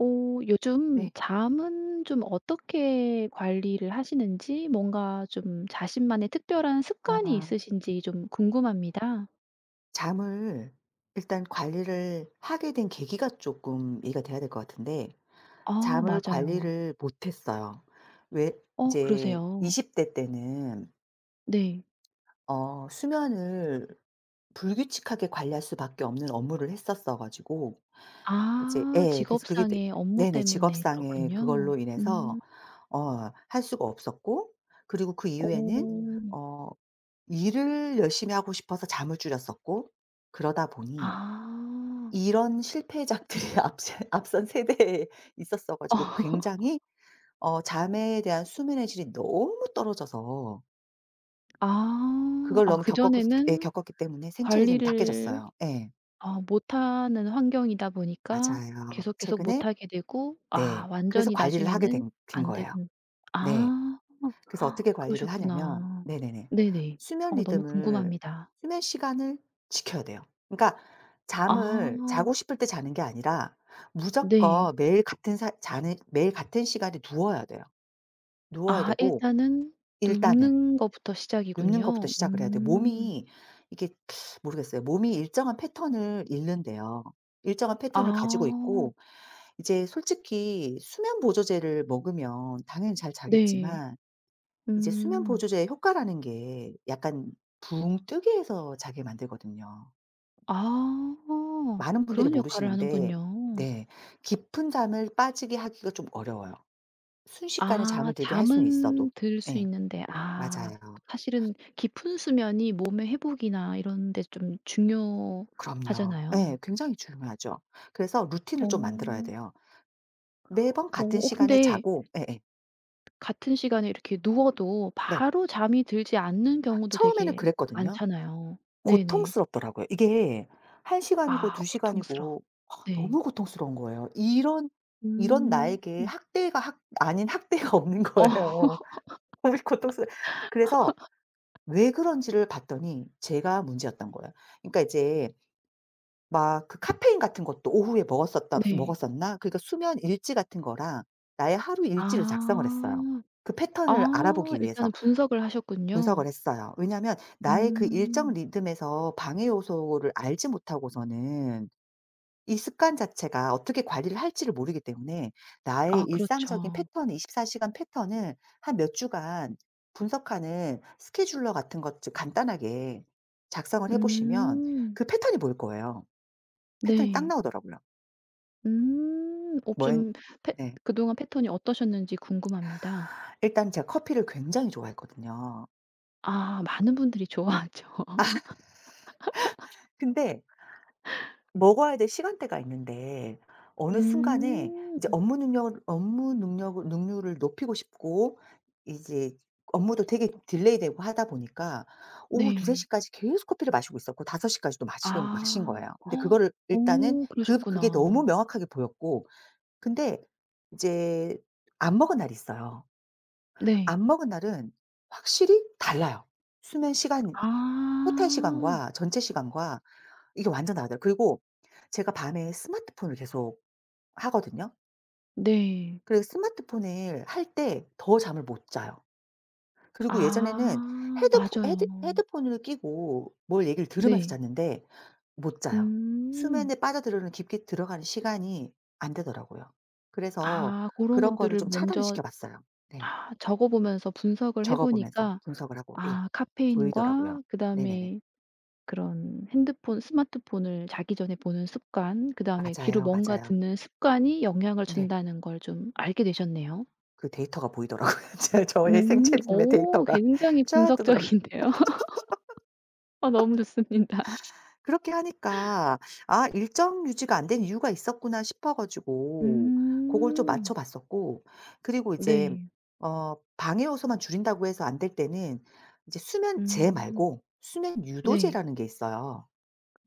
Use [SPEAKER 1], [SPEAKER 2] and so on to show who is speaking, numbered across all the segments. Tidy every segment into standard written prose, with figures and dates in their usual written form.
[SPEAKER 1] 오, 요즘
[SPEAKER 2] 네.
[SPEAKER 1] 잠은 좀 어떻게 관리를 하시는지, 뭔가 좀 자신만의 특별한 습관이
[SPEAKER 2] 아.
[SPEAKER 1] 있으신지 좀 궁금합니다.
[SPEAKER 2] 잠을 일단 관리를 하게 된 계기가 조금 이해가 돼야 될 것 같은데,
[SPEAKER 1] 아,
[SPEAKER 2] 잠을
[SPEAKER 1] 맞아요.
[SPEAKER 2] 관리를 못했어요. 왜
[SPEAKER 1] 어,
[SPEAKER 2] 이제
[SPEAKER 1] 그러세요.
[SPEAKER 2] 20대 때는
[SPEAKER 1] 네.
[SPEAKER 2] 수면을 불규칙하게 관리할 수밖에 없는 업무를 했었어 가지고 이제
[SPEAKER 1] 아,
[SPEAKER 2] 예 그래서 그게 되
[SPEAKER 1] 직업상의 업무
[SPEAKER 2] 네네.
[SPEAKER 1] 때문에
[SPEAKER 2] 직업상의
[SPEAKER 1] 그렇군요.
[SPEAKER 2] 그걸로 인해서
[SPEAKER 1] 음.
[SPEAKER 2] 할 수가 없었고, 그리고 그 이후에는
[SPEAKER 1] 오.
[SPEAKER 2] 어 일을 열심히 하고 싶어서 잠을 줄였었고, 그러다 보니
[SPEAKER 1] 아.
[SPEAKER 2] 이런 실패작들이 앞선 세대에 있었어 가지고 굉장히 잠에 대한 수면의 질이 너무 떨어져서
[SPEAKER 1] 아.
[SPEAKER 2] 그걸
[SPEAKER 1] 아,
[SPEAKER 2] 너무 겪었고, 예
[SPEAKER 1] 그전에는
[SPEAKER 2] 겪었기 때문에 생체 리듬이 다
[SPEAKER 1] 관리를
[SPEAKER 2] 깨졌어요. 예.
[SPEAKER 1] 못하는 환경이다 보니까
[SPEAKER 2] 맞아요.
[SPEAKER 1] 계속, 계속
[SPEAKER 2] 최근에
[SPEAKER 1] 못하게 되고, 아,
[SPEAKER 2] 네. 그래서
[SPEAKER 1] 완전히
[SPEAKER 2] 관리를 하게
[SPEAKER 1] 나중에는
[SPEAKER 2] 된
[SPEAKER 1] 안
[SPEAKER 2] 거예요.
[SPEAKER 1] 되는.
[SPEAKER 2] 네.
[SPEAKER 1] 아,
[SPEAKER 2] 그래서 어떻게 관리를 하냐면
[SPEAKER 1] 그러셨구나.
[SPEAKER 2] 네네네.
[SPEAKER 1] 네네.
[SPEAKER 2] 수면
[SPEAKER 1] 어, 너무
[SPEAKER 2] 리듬을
[SPEAKER 1] 궁금합니다.
[SPEAKER 2] 수면 시간을 지켜야 돼요. 그러니까 잠을
[SPEAKER 1] 아,
[SPEAKER 2] 자고 싶을 때 자는 게 아니라
[SPEAKER 1] 네.
[SPEAKER 2] 무조건 매일 같은 시간에 누워야 돼요. 누워야
[SPEAKER 1] 아,
[SPEAKER 2] 되고
[SPEAKER 1] 일단은
[SPEAKER 2] 일단은
[SPEAKER 1] 눕는 거부터
[SPEAKER 2] 눕는 것부터
[SPEAKER 1] 시작이군요.
[SPEAKER 2] 시작을 해야 돼요.
[SPEAKER 1] 음.
[SPEAKER 2] 몸이 이게 모르겠어요. 몸이 일정한 패턴을 잃는데요. 일정한 패턴을 가지고
[SPEAKER 1] 아,
[SPEAKER 2] 있고, 이제 솔직히 수면 보조제를 먹으면 당연히 잘
[SPEAKER 1] 네.
[SPEAKER 2] 자겠지만, 이제 수면
[SPEAKER 1] 음.
[SPEAKER 2] 보조제의 효과라는 게 약간 붕 뜨게 해서 자게 만들거든요.
[SPEAKER 1] 아,
[SPEAKER 2] 많은 분들이
[SPEAKER 1] 그런 역할을
[SPEAKER 2] 모르시는데
[SPEAKER 1] 하는군요.
[SPEAKER 2] 네. 깊은 잠을 빠지게 하기가 좀 어려워요. 순식간에
[SPEAKER 1] 아,
[SPEAKER 2] 잠을 들게 할 수는 있어도.
[SPEAKER 1] 잠은 들 수
[SPEAKER 2] 예.
[SPEAKER 1] 있는데. 아,
[SPEAKER 2] 맞아요.
[SPEAKER 1] 사실은 깊은 수면이 몸의 회복이나 이런 데 좀
[SPEAKER 2] 그럼요. 예.
[SPEAKER 1] 중요하잖아요.
[SPEAKER 2] 굉장히 중요하죠. 그래서 루틴을 좀 만들어야
[SPEAKER 1] 어.
[SPEAKER 2] 돼요. 매번 같은 시간에
[SPEAKER 1] 근데
[SPEAKER 2] 자고 예예.
[SPEAKER 1] 같은 시간에 이렇게 누워도
[SPEAKER 2] 네.
[SPEAKER 1] 바로 잠이 들지 않는 경우도
[SPEAKER 2] 처음에는
[SPEAKER 1] 되게
[SPEAKER 2] 그랬거든요.
[SPEAKER 1] 많잖아요. 네네.
[SPEAKER 2] 고통스럽더라고요. 이게 1 시간이고
[SPEAKER 1] 아,
[SPEAKER 2] 2
[SPEAKER 1] 고통스러워.
[SPEAKER 2] 시간이고, 아
[SPEAKER 1] 네.
[SPEAKER 2] 너무 고통스러운 거예요. 이런
[SPEAKER 1] 음.
[SPEAKER 2] 나에게
[SPEAKER 1] 음.
[SPEAKER 2] 학대가 학 아닌 학대가 없는
[SPEAKER 1] 어.
[SPEAKER 2] 거예요. 너무 고통스러 그래서 왜 그런지를 봤더니 제가 문제였던 거예요. 그러니까 이제 막 그 카페인 같은 것도 오후에 먹었었다
[SPEAKER 1] 네.
[SPEAKER 2] 먹었었나? 그러니까 수면 일지 같은 거랑 나의 하루 일지를 작성을 했어요.
[SPEAKER 1] 아.
[SPEAKER 2] 그 패턴을
[SPEAKER 1] 아,
[SPEAKER 2] 알아보기 위해서.
[SPEAKER 1] 일단은 분석을
[SPEAKER 2] 분석을
[SPEAKER 1] 하셨군요.
[SPEAKER 2] 했어요. 왜냐하면 나의 그 일정
[SPEAKER 1] 음.
[SPEAKER 2] 리듬에서 방해 요소를 알지 못하고서는 이 습관 자체가 어떻게 관리를 할지를 모르기 때문에 나의
[SPEAKER 1] 아,
[SPEAKER 2] 일상적인
[SPEAKER 1] 그렇죠.
[SPEAKER 2] 패턴, 24 시간 패턴을 한 몇 주간 분석하는 스케줄러 같은 것 좀 간단하게 작성을 해 보시면
[SPEAKER 1] 음.
[SPEAKER 2] 그 패턴이 보일 거예요. 패턴이 딱
[SPEAKER 1] 네.
[SPEAKER 2] 나오더라고요.
[SPEAKER 1] 음. 어,
[SPEAKER 2] 뭐엔
[SPEAKER 1] 좀 패
[SPEAKER 2] 네.
[SPEAKER 1] 그동안 패턴이 어떠셨는지 궁금합니다.
[SPEAKER 2] 일단 제가 커피를 굉장히 좋아했거든요.
[SPEAKER 1] 아, 많은 분들이 좋아하죠.
[SPEAKER 2] 근데 먹어야 될 시간대가 있는데 어느 순간에 이제
[SPEAKER 1] 음.
[SPEAKER 2] 업무 능력 업무 능력 능률을 높이고 싶고 이제 업무도 되게 딜레이되고 하다 보니까 오후 2-3
[SPEAKER 1] 네.
[SPEAKER 2] 시까지 계속 커피를 마시고 있었고 5 시까지도 마시는 마신
[SPEAKER 1] 아.
[SPEAKER 2] 거예요. 근데
[SPEAKER 1] 헉.
[SPEAKER 2] 그거를 일단은
[SPEAKER 1] 오,
[SPEAKER 2] 그게 너무
[SPEAKER 1] 그러셨구나.
[SPEAKER 2] 명확하게 보였고, 근데 이제 안 먹은 날이 있어요.
[SPEAKER 1] 네.
[SPEAKER 2] 안 먹은 날은 확실히 달라요. 수면 시간 토탈
[SPEAKER 1] 아.
[SPEAKER 2] 시간과 전체 시간과 이게 완전 다르더라고요. 그리고 제가 밤에 스마트폰을 계속 하거든요.
[SPEAKER 1] 네.
[SPEAKER 2] 그리고 스마트폰을 할 때 더 잠을 못 자요. 그리고 예전에는
[SPEAKER 1] 아,
[SPEAKER 2] 헤드포 헤드
[SPEAKER 1] 맞아요.
[SPEAKER 2] 헤드폰을 끼고 뭘 얘기를 들으면서
[SPEAKER 1] 네.
[SPEAKER 2] 잤는데 못 자요.
[SPEAKER 1] 음.
[SPEAKER 2] 수면에 빠져들어는 깊게 들어가는 시간이 안 되더라고요. 그래서
[SPEAKER 1] 아, 그런
[SPEAKER 2] 그런 거를
[SPEAKER 1] 것들을
[SPEAKER 2] 좀 차단을
[SPEAKER 1] 먼저.
[SPEAKER 2] 시켜 봤어요. 네.
[SPEAKER 1] 아, 적어 보면서 분석을 해
[SPEAKER 2] 적어 보면서
[SPEAKER 1] 보니까.
[SPEAKER 2] 분석을 하고 예.
[SPEAKER 1] 아,
[SPEAKER 2] 보이더라고요.
[SPEAKER 1] 카페인과
[SPEAKER 2] 네네네.
[SPEAKER 1] 그다음에 그런 핸드폰, 스마트폰을 자기 전에 보는 습관, 그다음에 귀로
[SPEAKER 2] 맞아요,
[SPEAKER 1] 뭔가
[SPEAKER 2] 맞아요.
[SPEAKER 1] 듣는 습관이 영향을
[SPEAKER 2] 네.
[SPEAKER 1] 준다는 걸 좀 알게 되셨네요.
[SPEAKER 2] 그 데이터가 보이더라고요. 제 저의
[SPEAKER 1] 음.
[SPEAKER 2] 생체님의
[SPEAKER 1] 오,
[SPEAKER 2] 데이터가
[SPEAKER 1] 굉장히
[SPEAKER 2] 쫙 뜨더라고요.
[SPEAKER 1] 분석적인데요. 어, 너무 좋습니다.
[SPEAKER 2] 그렇게 하니까 '아 일정 유지가 안 된 이유가 있었구나.' 싶어 가지고 그걸 좀 맞춰
[SPEAKER 1] 음.
[SPEAKER 2] 봤었고, 그리고 이제
[SPEAKER 1] 네.
[SPEAKER 2] 방해 요소만 줄인다고 해서 안 될 때는 이제 수면제
[SPEAKER 1] 음.
[SPEAKER 2] 말고 수면
[SPEAKER 1] 네.
[SPEAKER 2] 유도제라는 게 있어요.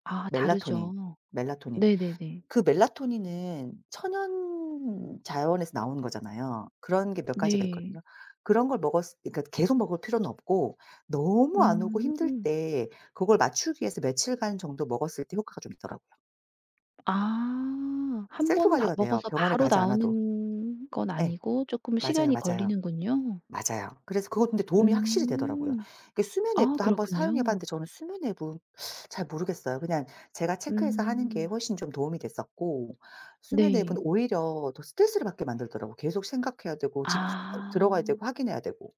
[SPEAKER 1] 아,
[SPEAKER 2] 멜라토닌,
[SPEAKER 1] 다르죠.
[SPEAKER 2] 멜라토닌.
[SPEAKER 1] 네네네.
[SPEAKER 2] 그 멜라토닌은 천연 자연에서 나오는 거잖아요. 그런 게 몇 가지가
[SPEAKER 1] 네.
[SPEAKER 2] 있거든요. 그런 걸 먹었을 그러니까 계속 먹을 필요는 없고 너무 안 오고 힘들
[SPEAKER 1] 음.
[SPEAKER 2] 때 그걸 맞추기 위해서 며칠간 정도 먹었을 때 효과가 좀 있더라고요.
[SPEAKER 1] 아, 한
[SPEAKER 2] 셀프
[SPEAKER 1] 번 다
[SPEAKER 2] 관리가 돼요,
[SPEAKER 1] 먹어서
[SPEAKER 2] 병원에
[SPEAKER 1] 바로
[SPEAKER 2] 가지 않아도.
[SPEAKER 1] 나오는 건
[SPEAKER 2] 예.
[SPEAKER 1] 아니고 쪼끔
[SPEAKER 2] 맞아요,
[SPEAKER 1] 시간이
[SPEAKER 2] 맞아요.
[SPEAKER 1] 걸리는군요.
[SPEAKER 2] 맞아요. 그래서 그것 근데 도움이 확실히 되더라고요.
[SPEAKER 1] 음.
[SPEAKER 2] 그 수면
[SPEAKER 1] 아,
[SPEAKER 2] 앱도 한번 사용해
[SPEAKER 1] 그렇군요.
[SPEAKER 2] 봤는데 저는 수면 앱은 잘 모르겠어요. 그냥 제가 체크해서 하는 게
[SPEAKER 1] 음.
[SPEAKER 2] 훨씬 좀 도움이 됐었고 수면 앱은
[SPEAKER 1] 네.
[SPEAKER 2] 오히려 더 스트레스를 받게 만들더라고요. 계속 생각해야 되고 집중 어 들어가야
[SPEAKER 1] 아.
[SPEAKER 2] 되고 확인해야 되고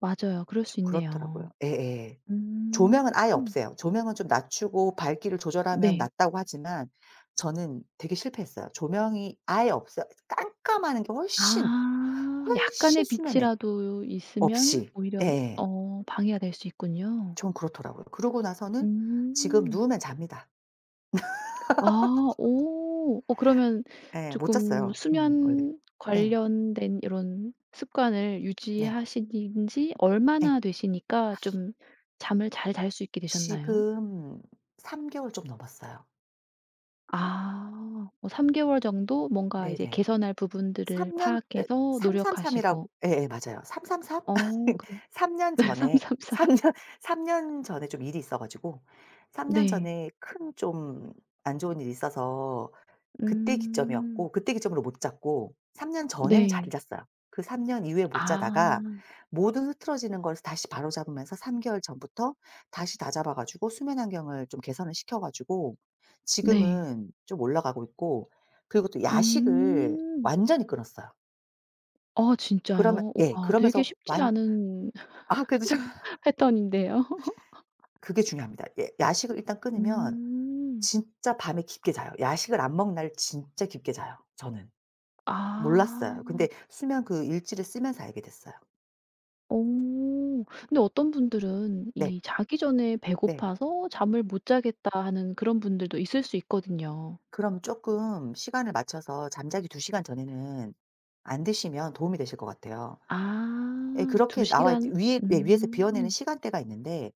[SPEAKER 1] 맞아요, 그럴
[SPEAKER 2] 좀
[SPEAKER 1] 수
[SPEAKER 2] 그렇더라고요.
[SPEAKER 1] 있네요.
[SPEAKER 2] 예예.
[SPEAKER 1] 음.
[SPEAKER 2] 조명은 아예
[SPEAKER 1] 음,
[SPEAKER 2] 없애요. 조명은 좀 낮추고 밝기를 조절하면
[SPEAKER 1] 네.
[SPEAKER 2] 낫다고 하지만 저는 되게 실패했어요. 조명이 아예 없어요. 깜깜하는 게 훨씬,
[SPEAKER 1] 아,
[SPEAKER 2] 훨씬
[SPEAKER 1] 약간의
[SPEAKER 2] 수면에
[SPEAKER 1] 빛이라도 있으면
[SPEAKER 2] 없이.
[SPEAKER 1] 오히려
[SPEAKER 2] 예예.
[SPEAKER 1] 어 방해가 될 수 있군요.
[SPEAKER 2] 전 그렇더라고요. 그러고 나서는 지금
[SPEAKER 1] 음.
[SPEAKER 2] 누우면 잡니다.
[SPEAKER 1] 아. 오. 어, 그러면
[SPEAKER 2] 예. 못
[SPEAKER 1] 조금
[SPEAKER 2] 잤어요. 원래.
[SPEAKER 1] 수면
[SPEAKER 2] 예.
[SPEAKER 1] 관련된 이런 습관을
[SPEAKER 2] 네.
[SPEAKER 1] 유지하신 지
[SPEAKER 2] 예.
[SPEAKER 1] 얼마나 되시니까 좀 잠을 잘 잘 수 있게 되셨나요?
[SPEAKER 2] 지금 3 개월 좀 넘었어요.
[SPEAKER 1] 아. 뭐3 개월 정도 뭔가 이제
[SPEAKER 2] 네네.
[SPEAKER 1] 개선할 부분들을
[SPEAKER 2] 3 년 예
[SPEAKER 1] 파악해서
[SPEAKER 2] 333 이라고
[SPEAKER 1] 노력하시고.
[SPEAKER 2] 예예 맞아요. 333?
[SPEAKER 1] 어, 그래요.
[SPEAKER 2] 3 년
[SPEAKER 1] 네. 삼.
[SPEAKER 2] 전에 삼 년3 년 전에 좀 일이 있어 가지고 3년
[SPEAKER 1] 네.
[SPEAKER 2] 전에 큰 좀 안 좋은 일이 있어서 그때
[SPEAKER 1] 음.
[SPEAKER 2] 기점이었고 그때 기점으로 못 잤고 3년 전에는 잘
[SPEAKER 1] 네.
[SPEAKER 2] 잤어요. 그 3년 이후에 못 자다가
[SPEAKER 1] 아.
[SPEAKER 2] 모든 흐트러지는 걸 다시 바로잡으면서 3 개월 전부터 다시 다잡아 가지고 수면 환경을 좀 개선을 시켜 가지고
[SPEAKER 1] 네.
[SPEAKER 2] 지금은 좀 올라가고 있고, 그리고 또 야식을
[SPEAKER 1] 음.
[SPEAKER 2] 완전히 끊었어요.
[SPEAKER 1] 아,
[SPEAKER 2] 그러면
[SPEAKER 1] 진짜요?
[SPEAKER 2] 예
[SPEAKER 1] 와, 되게
[SPEAKER 2] 그러면서
[SPEAKER 1] 쉽지
[SPEAKER 2] 완
[SPEAKER 1] 않은
[SPEAKER 2] 아 그래도 좀
[SPEAKER 1] 패턴인데요.
[SPEAKER 2] 그게 중요합니다. 예 야식을 일단 끊으면
[SPEAKER 1] 음.
[SPEAKER 2] 진짜 밤에 깊게 자요. 야식을 안 먹는 날 진짜 깊게 자요 저는.
[SPEAKER 1] 아.
[SPEAKER 2] 몰랐어요. 근데 수면 그 일지를 쓰면서 알게 됐어요.
[SPEAKER 1] 오. 근데 어떤 분들은
[SPEAKER 2] 네.
[SPEAKER 1] 이 자기 전에
[SPEAKER 2] 네.
[SPEAKER 1] 배고파서 잠을 못 자겠다 하는 그런 분들도 있을 수 있거든요.
[SPEAKER 2] 그럼 쪼끔 시간을 맞춰서 잠자기 2 시간 전에는 안 드시면 도움이 되실 것 같아요. 예
[SPEAKER 1] 아, 2
[SPEAKER 2] 그렇게 나와 있지
[SPEAKER 1] 시간.
[SPEAKER 2] 위에 예 위에서 비워내는
[SPEAKER 1] 음.
[SPEAKER 2] 시간대가 있는데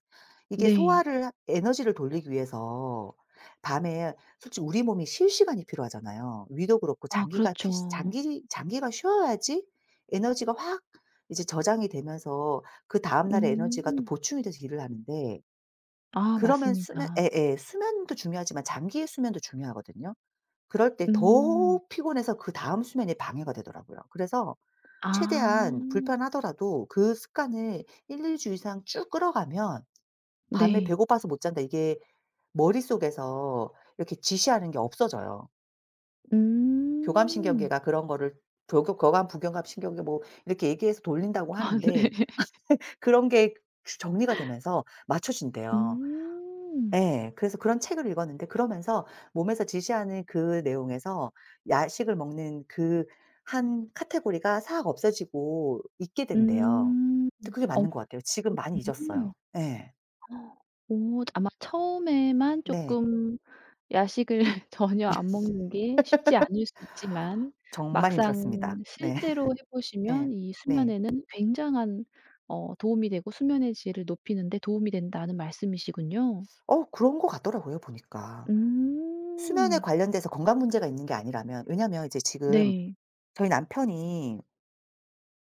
[SPEAKER 2] 이게
[SPEAKER 1] 네.
[SPEAKER 2] 소화를 에너지를 돌리기 위해서 밤에 솔직히 우리 몸이 쉴 시간이 필요하잖아요. 위도 그렇고
[SPEAKER 1] 아,
[SPEAKER 2] 장기가 피시
[SPEAKER 1] 그렇죠.
[SPEAKER 2] 장기 장기가 쉬어야지 에너지가 확 이제 저장이 되면서 그다음 날의 에너지가 또
[SPEAKER 1] 음.
[SPEAKER 2] 보충이 돼서 일을 하는데,
[SPEAKER 1] 아,
[SPEAKER 2] 그러면 수면
[SPEAKER 1] 맞습니다.
[SPEAKER 2] 예예. 수면도 중요하지만 장기의 수면도 중요하거든요. 그럴 때 더
[SPEAKER 1] 음.
[SPEAKER 2] 피곤해서 그다음 수면이 방해가 되더라고요. 그래서 최대한
[SPEAKER 1] 아,
[SPEAKER 2] 불편하더라도 그 습관을 1-2주 이상 쭉 끌어가면 '밤에
[SPEAKER 1] 네.
[SPEAKER 2] 배고파서 못 잔다.' 이게 머릿속에서 이렇게 지시하는 게 없어져요.
[SPEAKER 1] 음.
[SPEAKER 2] 교감신경계가 그런 거를 교교 교감, 부교감, 신경계 뭐 이렇게 얘기해서 돌린다고
[SPEAKER 1] 아,
[SPEAKER 2] 하는데
[SPEAKER 1] 네.
[SPEAKER 2] 그런 게 정리가 되면서 맞춰진대요.
[SPEAKER 1] 음.
[SPEAKER 2] 예. 그래서 그런 책을 읽었는데 그러면서 몸에서 지시하는 그 내용에서 야식을 먹는 그 한 카테고리가 싹 없어지고 잊게 된대요.
[SPEAKER 1] 음.
[SPEAKER 2] 근데 그게
[SPEAKER 1] 어,
[SPEAKER 2] 맞는 것 같아요. 지금 많이
[SPEAKER 1] 그래요?
[SPEAKER 2] 잊었어요. 예.
[SPEAKER 1] 오, 아마 처음에만
[SPEAKER 2] 네.
[SPEAKER 1] 조금 야식을 전혀 안 먹는 게 쉽지 않을 수 있지만
[SPEAKER 2] 정말 힘들었습니다.
[SPEAKER 1] 막상
[SPEAKER 2] 네.
[SPEAKER 1] 실제로 해
[SPEAKER 2] 예.
[SPEAKER 1] 보시면 이
[SPEAKER 2] 네.
[SPEAKER 1] 수면에는 굉장한 어 도움이 되고, 수면의 질을 높이는 데 도움이 된다는 말씀이시군요.
[SPEAKER 2] 어 그런 것 같더라고요 보니까. 수면에
[SPEAKER 1] 음.
[SPEAKER 2] 관련돼서 건강 문제가 있는 게 아니라면 왜냐면 이제 지금
[SPEAKER 1] 네.
[SPEAKER 2] 저희 남편이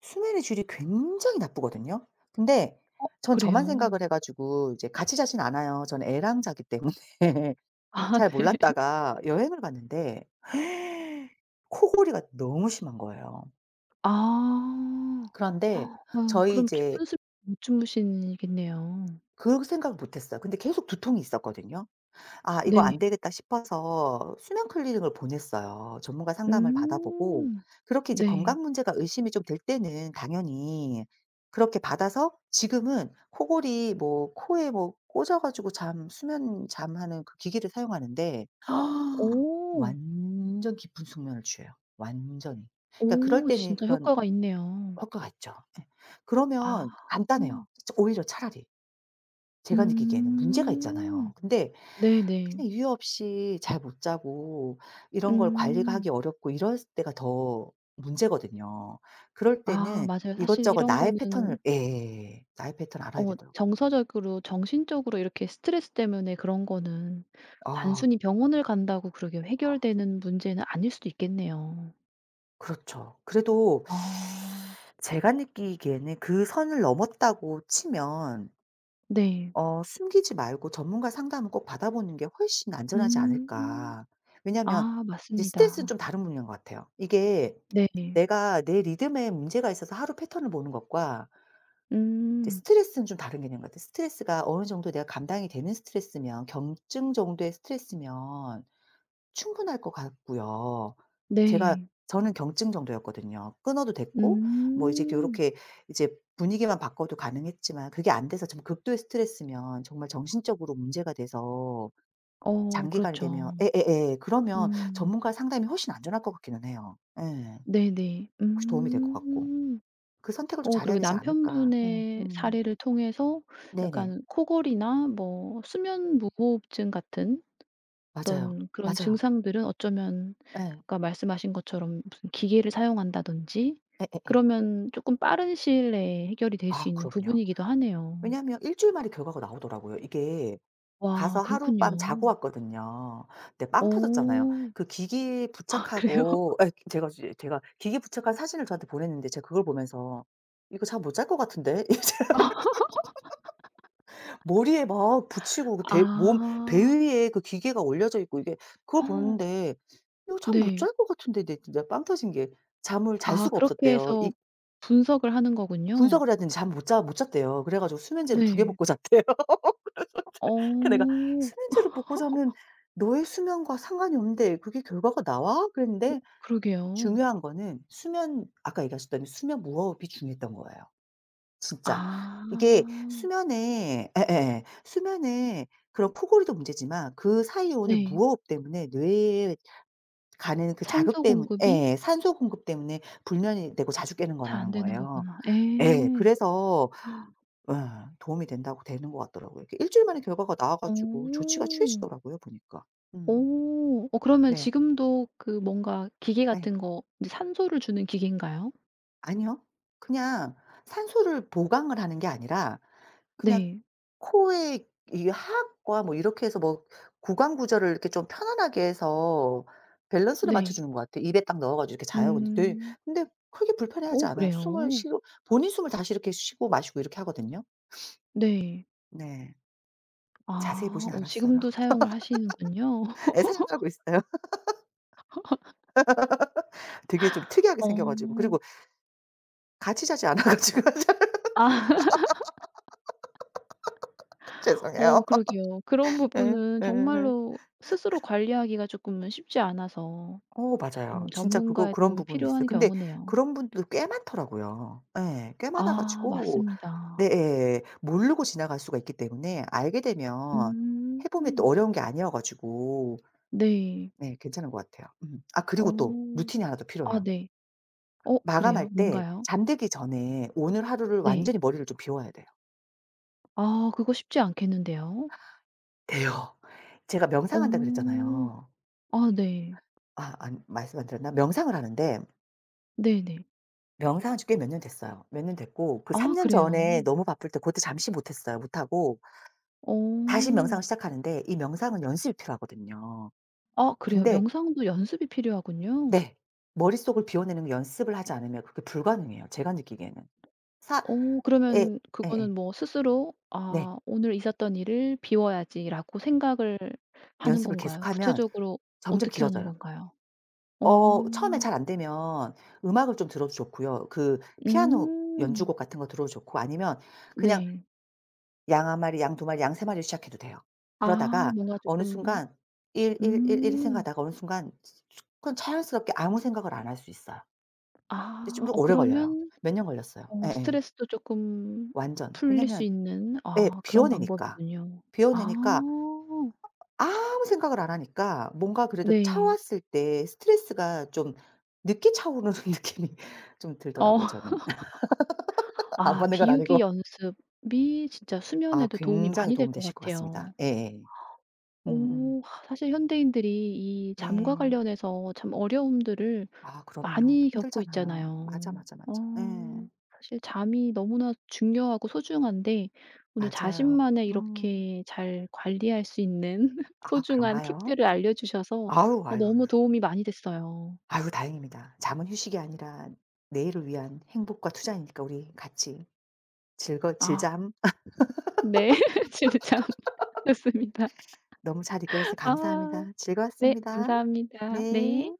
[SPEAKER 2] 수면의 질이 굉장히 나쁘거든요. 근데
[SPEAKER 1] 어,
[SPEAKER 2] 전 저만
[SPEAKER 1] 그래요.
[SPEAKER 2] 생각을 해 가지고 이제 같이 자진 않아요. 저는 애랑 자기 때문에
[SPEAKER 1] 아,
[SPEAKER 2] 잘
[SPEAKER 1] 네.
[SPEAKER 2] 몰랐다가 여행을 갔는데 코골이가 너무 심한 거예요.
[SPEAKER 1] 아.
[SPEAKER 2] 그런데
[SPEAKER 1] 아유,
[SPEAKER 2] 저희
[SPEAKER 1] 그럼
[SPEAKER 2] 이제
[SPEAKER 1] 깊은 수면 못 주무시겠네요.
[SPEAKER 2] 그 생각을 못 했어요. 근데 계속 두통이 있었거든요. 아 이거
[SPEAKER 1] 네.
[SPEAKER 2] 안 되겠다 싶어서 수면 클리닉을 보냈어요. 전문가 상담을 받아 보고
[SPEAKER 1] 음.
[SPEAKER 2] 그렇게 이제
[SPEAKER 1] 네.
[SPEAKER 2] 건강 문제가 의심이 좀 될 때는 당연히 그렇게 받아서 지금은 코골이 뭐 코에 뭐 꽂아 가지고 잠 수면 잠하는 그 기기를 사용하는데
[SPEAKER 1] 오.
[SPEAKER 2] 완전 깊은 숙면을 취해요, 완전히. 그러니까 그럴
[SPEAKER 1] 오,
[SPEAKER 2] 때는
[SPEAKER 1] 진짜
[SPEAKER 2] 그런
[SPEAKER 1] 효과가 있네요.
[SPEAKER 2] 효과가 있죠. 예.
[SPEAKER 1] 아.
[SPEAKER 2] 그러면 간단해요. 오히려 차라리. 제가 느끼기에는 문제가 있잖아요.
[SPEAKER 1] 음.
[SPEAKER 2] 근데
[SPEAKER 1] 네네.
[SPEAKER 2] 그냥 이유 없이 잘 못 자고 이런 걸 관리가
[SPEAKER 1] 음.
[SPEAKER 2] 하기 어렵고 이럴 때가 더 문제거든요. 그럴
[SPEAKER 1] 아,
[SPEAKER 2] 때는
[SPEAKER 1] 맞아요. 사실
[SPEAKER 2] 이것저것
[SPEAKER 1] 이런
[SPEAKER 2] 나의 패턴을
[SPEAKER 1] 거는
[SPEAKER 2] 예. 나의 패턴 알아야
[SPEAKER 1] 어
[SPEAKER 2] 되더라고요.
[SPEAKER 1] 정서적으로, 정신적으로 이렇게 스트레스 때문에 그런 거는
[SPEAKER 2] 아
[SPEAKER 1] 단순히 병원을 간다고 그러게 해결되는 문제는 아닐 수도 있겠네요.
[SPEAKER 2] 그렇죠. 그래도
[SPEAKER 1] 아.
[SPEAKER 2] 제가 느끼기에는 그 선을 넘었다고 치면
[SPEAKER 1] 네.
[SPEAKER 2] 어 숨기지 말고 전문가 상담을 꼭 받아보는 게 훨씬 안전하지
[SPEAKER 1] 음.
[SPEAKER 2] 않을까. 왜냐하면
[SPEAKER 1] 아,
[SPEAKER 2] 이제 스트레스는
[SPEAKER 1] 맞습니다.
[SPEAKER 2] 좀 다른 분야인 것 같아요. 이게
[SPEAKER 1] 네.
[SPEAKER 2] 내가 내 리듬에 문제가 있어서 하루 패턴을 보는 것과 이제
[SPEAKER 1] 음.
[SPEAKER 2] 스트레스는 좀 다른 개념 같아요. 스트레스가 어느 정도 내가 감당이 되는 스트레스면, 경증 정도의 스트레스면 충분할 것 같고요. 제가
[SPEAKER 1] 네.
[SPEAKER 2] 저는 경증 정도였거든요. 끊어도 됐고 뭐 이제
[SPEAKER 1] 음.
[SPEAKER 2] 요렇게 이제 분위기만 바꿔도 가능했지만 그게 안 돼서 좀 극도의 스트레스면 정말 정신적으로 문제가 돼서
[SPEAKER 1] 어,
[SPEAKER 2] 장기간이 되면
[SPEAKER 1] 그렇죠.
[SPEAKER 2] 예예예. 그러면
[SPEAKER 1] 음.
[SPEAKER 2] 전문가 상담이 훨씬 안전할 것 같기는 해요. 예.
[SPEAKER 1] 네네.
[SPEAKER 2] 혹시 도움이 될 것 같고.
[SPEAKER 1] 음.
[SPEAKER 2] 그 선택을 좀
[SPEAKER 1] 어,
[SPEAKER 2] 잘해야
[SPEAKER 1] 그리고
[SPEAKER 2] 되지 않을까. 예.
[SPEAKER 1] 남편분의
[SPEAKER 2] 음.
[SPEAKER 1] 사례를 통해서
[SPEAKER 2] 네네.
[SPEAKER 1] 약간 코골이나 뭐 수면 무호흡증 같은
[SPEAKER 2] 맞아요.
[SPEAKER 1] 어떤 그런
[SPEAKER 2] 맞아요.
[SPEAKER 1] 증상들은 어쩌면
[SPEAKER 2] 예.
[SPEAKER 1] 아까 말씀하신 것처럼 무슨 기계를 사용한다든지
[SPEAKER 2] 예예예.
[SPEAKER 1] 그러면 쪼끔 빠른 시일 내에 해결이 될 수
[SPEAKER 2] 아
[SPEAKER 1] 있는
[SPEAKER 2] 그럼요.
[SPEAKER 1] 부분이기도 하네요.
[SPEAKER 2] 왜냐하면 일 주일 만에 결과가 나오더라고요. 이게
[SPEAKER 1] 와,
[SPEAKER 2] 가서 하룻밤 자고
[SPEAKER 1] 그렇군요.
[SPEAKER 2] 왔거든요. 근데 빵 터졌잖아요.
[SPEAKER 1] 어.
[SPEAKER 2] 그 기기
[SPEAKER 1] 아, 그래요?
[SPEAKER 2] 부착하고 예 제가 기기 부착한 사진을 저한테 보냈는데 제가 그걸 보면서 '이거 잠 못 잘 것 같은데?' 이제 머리에 막 붙이고 그 대 몸 배
[SPEAKER 1] 아.
[SPEAKER 2] 위에 그 기계가 올려져 있고 이게 그걸 보는데 '이거 잠 못
[SPEAKER 1] 네.
[SPEAKER 2] 잘 것 같은데.' 근데 진짜 빵 터진 게 잠을 잘
[SPEAKER 1] 아,
[SPEAKER 2] 수가
[SPEAKER 1] 그렇게
[SPEAKER 2] 없었대요. 이
[SPEAKER 1] 해서 분석을 하는 거군요.
[SPEAKER 2] 분석을 해야 되는데 잠을 못 잤대요. 그래 가지고 수면제를 두 개
[SPEAKER 1] 네.
[SPEAKER 2] 먹고 잤대. 그 내가
[SPEAKER 1] 어,
[SPEAKER 2] "수면제를 먹고 자면 너의 수면과 상관이 없는데 그게 결과가 나와?" 그랬는데
[SPEAKER 1] 그러게요.
[SPEAKER 2] 중요한 거는 수면 아까 얘기하셨더니 수면 무호흡이 중요했던 거예요 진짜.
[SPEAKER 1] 아,
[SPEAKER 2] 이게 수면에 수면에 그런 코골이도 문제지만 그 사이에 오는
[SPEAKER 1] 네.
[SPEAKER 2] 무호흡 때문에 뇌에 가는 그 자극
[SPEAKER 1] 산소
[SPEAKER 2] 때문
[SPEAKER 1] 공급이
[SPEAKER 2] 에 산소 공급 때문에 불면이 되고 자주 깨는
[SPEAKER 1] 잘 안
[SPEAKER 2] 거라는
[SPEAKER 1] 되는
[SPEAKER 2] 거예요.
[SPEAKER 1] 거구나.
[SPEAKER 2] 예.
[SPEAKER 1] 예.
[SPEAKER 2] 그래서 예. 도움이 된다고 되는 것 같더라고요. 이렇게 주일 만에 결과가 나와 가지고
[SPEAKER 1] 어.
[SPEAKER 2] 조치가 취해지더라고요 보니까.
[SPEAKER 1] 어.
[SPEAKER 2] 음.
[SPEAKER 1] 어, 그러면
[SPEAKER 2] 네.
[SPEAKER 1] 지금도 그 뭔가 기계
[SPEAKER 2] 네.
[SPEAKER 1] 같은 거 이제 산소를 주는 기계인가요?
[SPEAKER 2] 아니요. 그냥 산소를 보강을 하는 게 아니라 그냥
[SPEAKER 1] 네.
[SPEAKER 2] 코에 이 하악과 뭐 이렇게 해서 뭐 구강 구조를 이렇게 좀 편안하게 해서 밸런스를 맞춰
[SPEAKER 1] 네.
[SPEAKER 2] 주는 것 같아요. 입에 딱 넣어 가지고 이렇게 자요. 근데 되
[SPEAKER 1] 음.
[SPEAKER 2] 근데 크게
[SPEAKER 1] 어,
[SPEAKER 2] 불편해하지 않아요. 숨을
[SPEAKER 1] 그래요?
[SPEAKER 2] 쉬고 본인 숨을 다시 이렇게 쉬고 마시고 이렇게 하거든요.
[SPEAKER 1] 네.
[SPEAKER 2] 네. 자세히
[SPEAKER 1] 아.
[SPEAKER 2] 보진
[SPEAKER 1] 어,
[SPEAKER 2] 않았어요.
[SPEAKER 1] 지금도 사용을 하시는군요.
[SPEAKER 2] 예 사용하고 있어요. 되게 좀 특이하게 생겨 가지고
[SPEAKER 1] 어.
[SPEAKER 2] 그리고 같이 자지 않아 가지고
[SPEAKER 1] 아. 어,
[SPEAKER 2] 죄송해요.
[SPEAKER 1] 그러게요. 그런
[SPEAKER 2] 예.
[SPEAKER 1] 부분은
[SPEAKER 2] 예
[SPEAKER 1] 정말로 스스로 관리하기가 쪼끔은 쉽지 않아서
[SPEAKER 2] 어 맞아요. 진짜 그거
[SPEAKER 1] 전문가의
[SPEAKER 2] 그런
[SPEAKER 1] 도움이
[SPEAKER 2] 부분이 있어요.
[SPEAKER 1] 필요한
[SPEAKER 2] 근데
[SPEAKER 1] 경우네요.
[SPEAKER 2] 그런 분들도 꽤 많더라고요. 예. 꽤 많아
[SPEAKER 1] 아,
[SPEAKER 2] 가지고 네
[SPEAKER 1] 맞습니다.
[SPEAKER 2] 예 예. 모르고 지나갈 수가 있기 때문에 알게 되면 해 보면 또
[SPEAKER 1] 음.
[SPEAKER 2] 어려운 게 아니어 가지고
[SPEAKER 1] 네.
[SPEAKER 2] 네 괜찮은 것 같아요. 음. 아 그리고 또
[SPEAKER 1] 어.
[SPEAKER 2] 루틴이 하나 더
[SPEAKER 1] 아,
[SPEAKER 2] 필요해요.
[SPEAKER 1] 네. 어, 그래요?
[SPEAKER 2] 마감할 때
[SPEAKER 1] 뭔가요?
[SPEAKER 2] 잠들기 전에 오늘 하루를
[SPEAKER 1] 네.
[SPEAKER 2] 완전히 머리를 좀 비워야 돼요.
[SPEAKER 1] 아, 그거 쉽지 않겠는데요.
[SPEAKER 2] 돼요. 제가
[SPEAKER 1] 어.
[SPEAKER 2] 명상한다 그랬잖아요.
[SPEAKER 1] 아, 네.
[SPEAKER 2] 아 안 드렸나? 명상을 하는데
[SPEAKER 1] 네네.
[SPEAKER 2] 명상한 지 꽤 몇 년 됐어요. 몇 년 됐고 그 3
[SPEAKER 1] 아,
[SPEAKER 2] 년
[SPEAKER 1] 그래요?
[SPEAKER 2] 전에 너무 바쁠 때 그때 잠시 못 했어요. 못 하고
[SPEAKER 1] 어.
[SPEAKER 2] 다시 명상을 시작하는데 이 명상은 연습이 필요하거든요.
[SPEAKER 1] 아, 그래요?
[SPEAKER 2] 근데
[SPEAKER 1] 명상도 연습이 필요하군요.
[SPEAKER 2] 네. 머릿속을 비워내는 거 연습을 하지 않으면 그게 불가능해요, 제가 느끼기에는. 사
[SPEAKER 1] 어,
[SPEAKER 2] 에
[SPEAKER 1] 그러면
[SPEAKER 2] 예
[SPEAKER 1] 그거는 뭐 스스로
[SPEAKER 2] 네.
[SPEAKER 1] '아, 오늘 있었던 일을 비워야지.'라고 생각을 하는
[SPEAKER 2] 연습을
[SPEAKER 1] 건가요?
[SPEAKER 2] 계속하면
[SPEAKER 1] 구체적으로
[SPEAKER 2] 점점
[SPEAKER 1] 어떻게 하는
[SPEAKER 2] 길어져요.
[SPEAKER 1] 건가요? 어.
[SPEAKER 2] 어 처음에 잘 안 되면 음악을 좀 들어도 좋고요. 그 피아노
[SPEAKER 1] 음.
[SPEAKER 2] 연주곡 같은 거 들어도 좋고 아니면 그냥
[SPEAKER 1] 네.
[SPEAKER 2] 양 1 마리, 양 2 마리, 양 3 마리로 시작해도 돼요.
[SPEAKER 1] 아,
[SPEAKER 2] 그러다가
[SPEAKER 1] 뭔가
[SPEAKER 2] 어느
[SPEAKER 1] 조금.
[SPEAKER 2] 순간 1 1 1 1
[SPEAKER 1] 음.
[SPEAKER 2] 생각하다가 어느 순간 그건 자연스럽게 아무 생각을 안 할 수 있어요. 근데 좀
[SPEAKER 1] 아.
[SPEAKER 2] 더
[SPEAKER 1] 어,
[SPEAKER 2] 오래 걸려요.
[SPEAKER 1] 그러면
[SPEAKER 2] 몇 년 걸렸어요.
[SPEAKER 1] 어
[SPEAKER 2] 예예.
[SPEAKER 1] 스트레스도 조금
[SPEAKER 2] 완전.
[SPEAKER 1] 풀릴 수
[SPEAKER 2] 왜냐면
[SPEAKER 1] 있는,
[SPEAKER 2] 예
[SPEAKER 1] 아, 그런
[SPEAKER 2] 비워내니까.
[SPEAKER 1] 방법이군요. 아.
[SPEAKER 2] 비워내니까 아무 생각을 안 하니까 뭔가 그래도
[SPEAKER 1] 네.
[SPEAKER 2] 차왔을 때 스트레스가 좀 늦게 차오르는 느낌이 좀
[SPEAKER 1] 어.
[SPEAKER 2] 들더라고요 저는. 안
[SPEAKER 1] 아,
[SPEAKER 2] 받는 건
[SPEAKER 1] 비우기
[SPEAKER 2] 아니고.
[SPEAKER 1] 연습이 진짜
[SPEAKER 2] 아
[SPEAKER 1] 수면에도 도움이
[SPEAKER 2] 굉장히
[SPEAKER 1] 많이 될 것
[SPEAKER 2] 도움되실 것 같습니다.
[SPEAKER 1] 같아요.
[SPEAKER 2] 예예. 음음.
[SPEAKER 1] 오. 하, 사실 현대인들이 이 잠과
[SPEAKER 2] 네.
[SPEAKER 1] 관련해서 참 어려움들을
[SPEAKER 2] 아 그럼요.
[SPEAKER 1] 많이 겪고
[SPEAKER 2] 힘들잖아요. 맞아,
[SPEAKER 1] 있잖아요.
[SPEAKER 2] 맞아,
[SPEAKER 1] 어,
[SPEAKER 2] 맞아. 예.
[SPEAKER 1] 사실 잠이 너무나 중요하고 소중한데 오늘
[SPEAKER 2] 맞아요.
[SPEAKER 1] 자신만의
[SPEAKER 2] 음.
[SPEAKER 1] 이렇게 잘 관리할 수 있는
[SPEAKER 2] 아
[SPEAKER 1] 소중한
[SPEAKER 2] 그런가요?
[SPEAKER 1] 팁들을 알려 주셔서
[SPEAKER 2] 아유
[SPEAKER 1] 어,
[SPEAKER 2] 아유.
[SPEAKER 1] 너무 도움이 많이 됐어요.
[SPEAKER 2] 아유 다행입니다. 잠은 휴식이 아니라 내일을 위한 행복과 투자이니까 우리 같이 즐거
[SPEAKER 1] 아,
[SPEAKER 2] 즐잠.
[SPEAKER 1] 네. 진짜 좋습니다.
[SPEAKER 2] 너무 잘 이끌어서 감사합니다.
[SPEAKER 1] 아, 네,
[SPEAKER 2] 즐거웠습니다.
[SPEAKER 1] 감사합니다. 네.
[SPEAKER 2] 네.